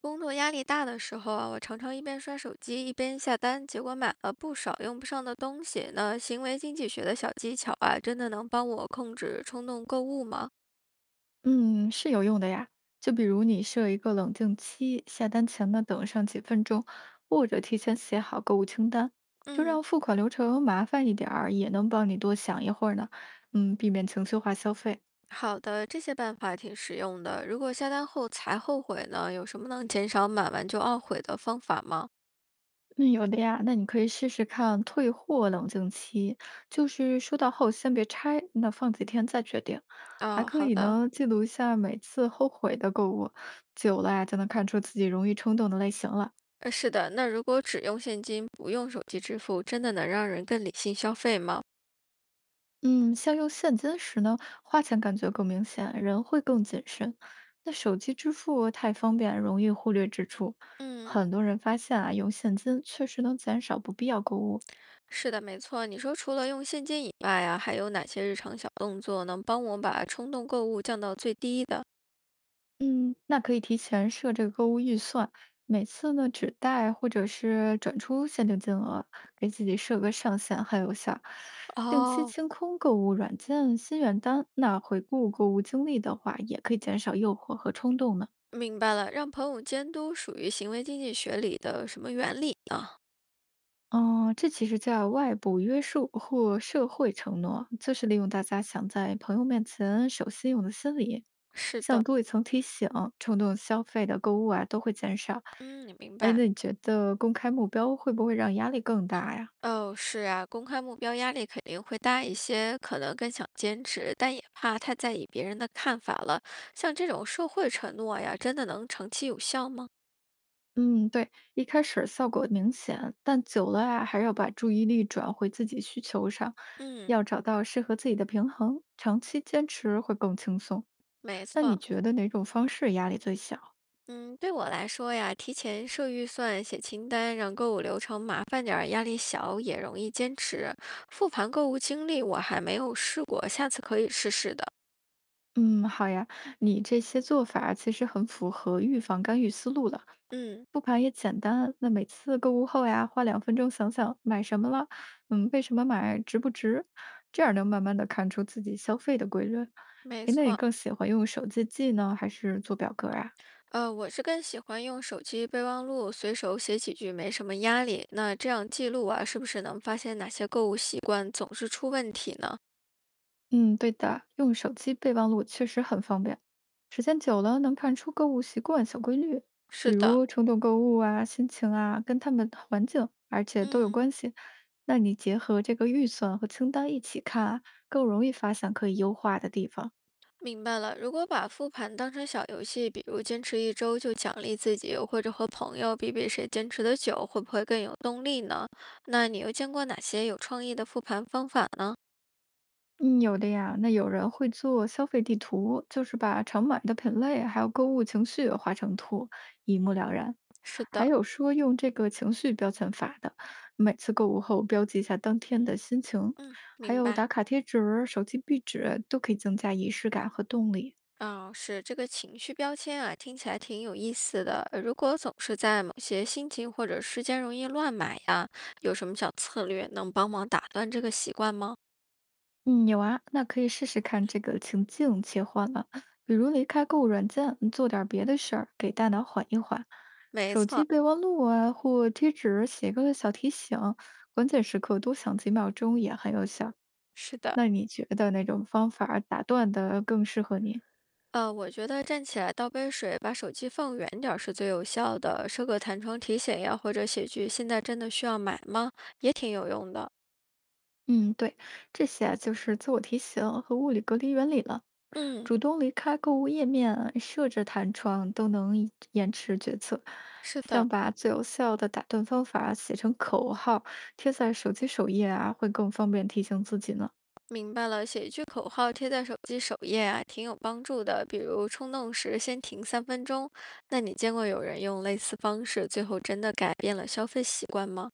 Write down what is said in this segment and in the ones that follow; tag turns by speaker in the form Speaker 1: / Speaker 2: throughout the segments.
Speaker 1: 工作压力大的时候啊，我常常一边刷手机一边下单，结果买了不少用不上的东西。那行为经济学的小技巧啊，真的能帮我控制冲动购物吗？
Speaker 2: 嗯，是有用的呀。就比如你设一个冷静期，下单前呢等上几分钟，或者提前写好购物清单，就
Speaker 1: 嗯，
Speaker 2: 让付款流程麻烦一点儿，也能帮你多想一会儿呢。嗯，避免情绪化消费。
Speaker 1: 好的，这些办法挺实用的。如果下单后才后悔呢，有什么能减少买完就懊悔的方法吗？
Speaker 2: 那有的呀，那你可以试试看退货冷静期，就是收到后先别拆，那放几天再决定。还
Speaker 1: 哦，
Speaker 2: 可
Speaker 1: 好
Speaker 2: 以
Speaker 1: 的，
Speaker 2: 呢，记录一下每次后悔的购物，久了呀就能看出自己容易冲动的类型了。
Speaker 1: 是的。那如果只用现金不用手机支付，真的能让人更理性消费吗？
Speaker 2: 嗯，像用现金时呢，花钱感觉更明显，人会更谨慎。那手机支付太方便，容易忽略支出。
Speaker 1: 嗯。
Speaker 2: 很多人发现啊，用现金确实能减少不必要购物。
Speaker 1: 是的，没错。你说除了用现金以外啊，还有哪些日常小动作能帮我把冲动购物降到最低的？
Speaker 2: 嗯，那可以提前设这个购物预算，每次呢只带或者是转出限定金额，给自己设个上限，很有效。定期
Speaker 1: 哦，
Speaker 2: 清空购物软件心愿单，那回顾购物经历的话，也可以减少诱惑和冲动呢。
Speaker 1: 明白了，让朋友监督属于行为经济学里的什么原理呢？
Speaker 2: 哦，这其实叫外部约束或社会承诺，就是利用大家想在朋友面前守信用的心理，
Speaker 1: 是
Speaker 2: 像
Speaker 1: 的，
Speaker 2: 多一层提醒，冲动消费的购物啊都会减少。
Speaker 1: 嗯，你明
Speaker 2: 哎，
Speaker 1: 白。
Speaker 2: 那你觉得公开目标会不会让压力更大呀？
Speaker 1: 哦，是啊，公开目标压力肯定会大一些，可能更想坚持，但也怕太在意别人的看法了。像这种社会承诺呀，真的能长期有效吗？
Speaker 2: 嗯，对，一开始效果明显，但久了啊，还是要把注意力转回自己需求上，
Speaker 1: 嗯，
Speaker 2: 要找到适合自己的平衡，长期坚持会更轻松。
Speaker 1: 没
Speaker 2: 那你
Speaker 1: 错。
Speaker 2: 觉得哪种方式压力最小？
Speaker 1: 嗯，对我来说呀，提前设预算、写清单，让购物流程麻烦点儿，压力小，也容易坚持。复盘购物经历我还没有试过，下次可以试试的。
Speaker 2: 嗯，好呀，你这些做法儿其实很符合预防干预思路了，
Speaker 1: 嗯，
Speaker 2: 复盘也简单。那每次购物后呀，花2分钟想想买什么了，嗯，为什么买，值不值，这样能慢慢的看出自己消费的规律。
Speaker 1: 没
Speaker 2: 诶，那你
Speaker 1: 错，
Speaker 2: 更喜欢用手机记呢，还是做表格啊？
Speaker 1: 我是更喜欢用手机备忘录，随手写几句，没什么压力。那这样记录啊，是不是能发现哪些购物习惯总是出问题呢？
Speaker 2: 嗯，对的，用手机备忘录确实很方便，时间久了能看出购物习惯小规律，比
Speaker 1: 是的，
Speaker 2: 如冲动购物啊、心情啊，跟他们环境，而且都有
Speaker 1: 嗯。
Speaker 2: 关系。那你结合这个预算和清单一起看啊，更容易发现可以优化的地方。
Speaker 1: 明白了，如果把复盘当成小游戏，比如坚持一周就奖励自己，或者和朋友比比谁坚持的久，会不会更有动力呢？那你又见过哪些有创意的复盘方法呢？
Speaker 2: 嗯，有的呀。那有人会做消费地图，就是把常买的品类还有购物情绪画成图，一目了然。
Speaker 1: 是
Speaker 2: 还
Speaker 1: 的，
Speaker 2: 有说用这个情绪标签法的，每次购物后标记一下当天的心情，
Speaker 1: 嗯，
Speaker 2: 还
Speaker 1: 明
Speaker 2: 有打
Speaker 1: 白。
Speaker 2: 卡贴纸儿手机壁纸都可以增加仪式感和动力。
Speaker 1: 哦，是这个情绪标签啊，听起来挺有意思的。如果总是在某些心情或者时间容易乱买呀，有什么小策略能帮忙打断这个习惯吗？
Speaker 2: 嗯，有啊，那可以试试看这个情境切换了，比如离开购物软件，做点儿别的事儿，给大脑缓一缓。
Speaker 1: 没
Speaker 2: 手机
Speaker 1: 错，
Speaker 2: 备忘录啊，或贴纸写个小提醒，关键时刻多想几秒钟也很有效。
Speaker 1: 是的。
Speaker 2: 那你觉得哪种方法儿打断的更适合你？
Speaker 1: 我觉得站起来倒杯水，把手机放远点儿是最有效的。设个弹窗提醒呀，或者写句“现在真的需要买吗”，也挺有用的。
Speaker 2: 嗯，对，这些啊就是自我提醒和物理隔离原理了。
Speaker 1: 嗯，
Speaker 2: 主动离开购物页面，设置弹窗都能以延迟决策。
Speaker 1: 是的，
Speaker 2: 像把最有效的打断方法写成口号，贴在手机首页啊，会更方便提醒自己呢。
Speaker 1: 明白了。写一句口号贴在手机首页啊，挺有帮助的。比如冲动时先停3分钟。那你见过有人用类似方式，最后真的改变了消费习惯吗？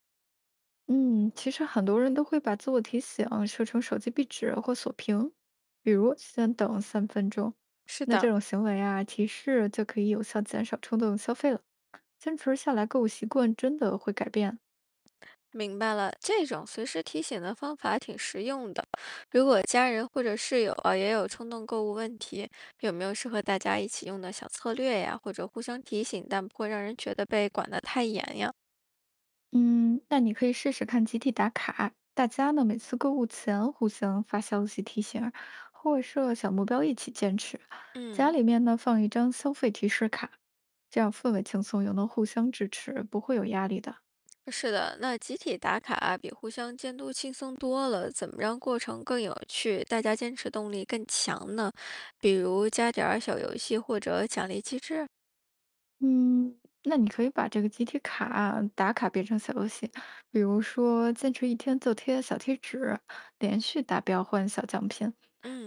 Speaker 2: 嗯，其实很多人都会把自我提醒设成手机壁纸或锁屏，比如先等3分钟。
Speaker 1: 是
Speaker 2: 那这
Speaker 1: 的，
Speaker 2: 种行为啊，提示就可以有效减少冲动消费了。坚持下来，购物习惯真的会改变。
Speaker 1: 明白了，这种随时提醒的方法挺实用的。如果家人或者室友啊也有冲动购物问题，有没有适合大家一起用的小策略呀？或者互相提醒，但不会让人觉得被管得太严呀？
Speaker 2: 嗯，那你可以试试看集体打卡，大家呢每次购物前互相发消息提醒儿，或设小目标一起坚持。家
Speaker 1: 嗯，
Speaker 2: 里面呢放一张消费提示卡，这样氛围轻松，又能互相支持，不会有压力的。
Speaker 1: 是的，那集体打卡啊，比互相监督轻松多了。怎么让过程更有趣，大家坚持动力更强呢？比如加点儿小游戏或者奖励机制。
Speaker 2: 嗯，那你可以把这个集体卡打卡变成小游戏，比如说坚持一天就贴小贴纸，连续达标换小奖品，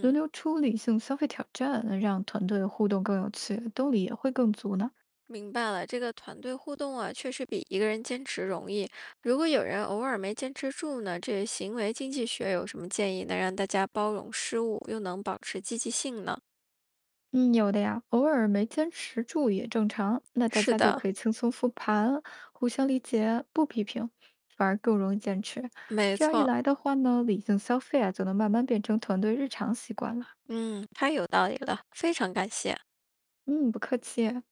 Speaker 2: 轮流出理性消费挑战，让团队互动更有趣，动力也会更足呢。
Speaker 1: 明白了，这个团队互动啊，确实比一个人坚持容易。如果有人偶尔没坚持住呢，这行为经济学有什么建议能让大家包容失误，又能保持积极性呢？
Speaker 2: 嗯，有的呀，偶尔没坚持住也正常。那大
Speaker 1: 是
Speaker 2: 家就
Speaker 1: 的，
Speaker 2: 可以轻松复盘，互相理解，不批评，反而更容易坚持。
Speaker 1: 没
Speaker 2: 这样一
Speaker 1: 错，
Speaker 2: 来的话呢，理性消费啊，就能慢慢变成团队日常习惯了。
Speaker 1: 嗯，太有道理了，非常感谢。
Speaker 2: 嗯，不客气。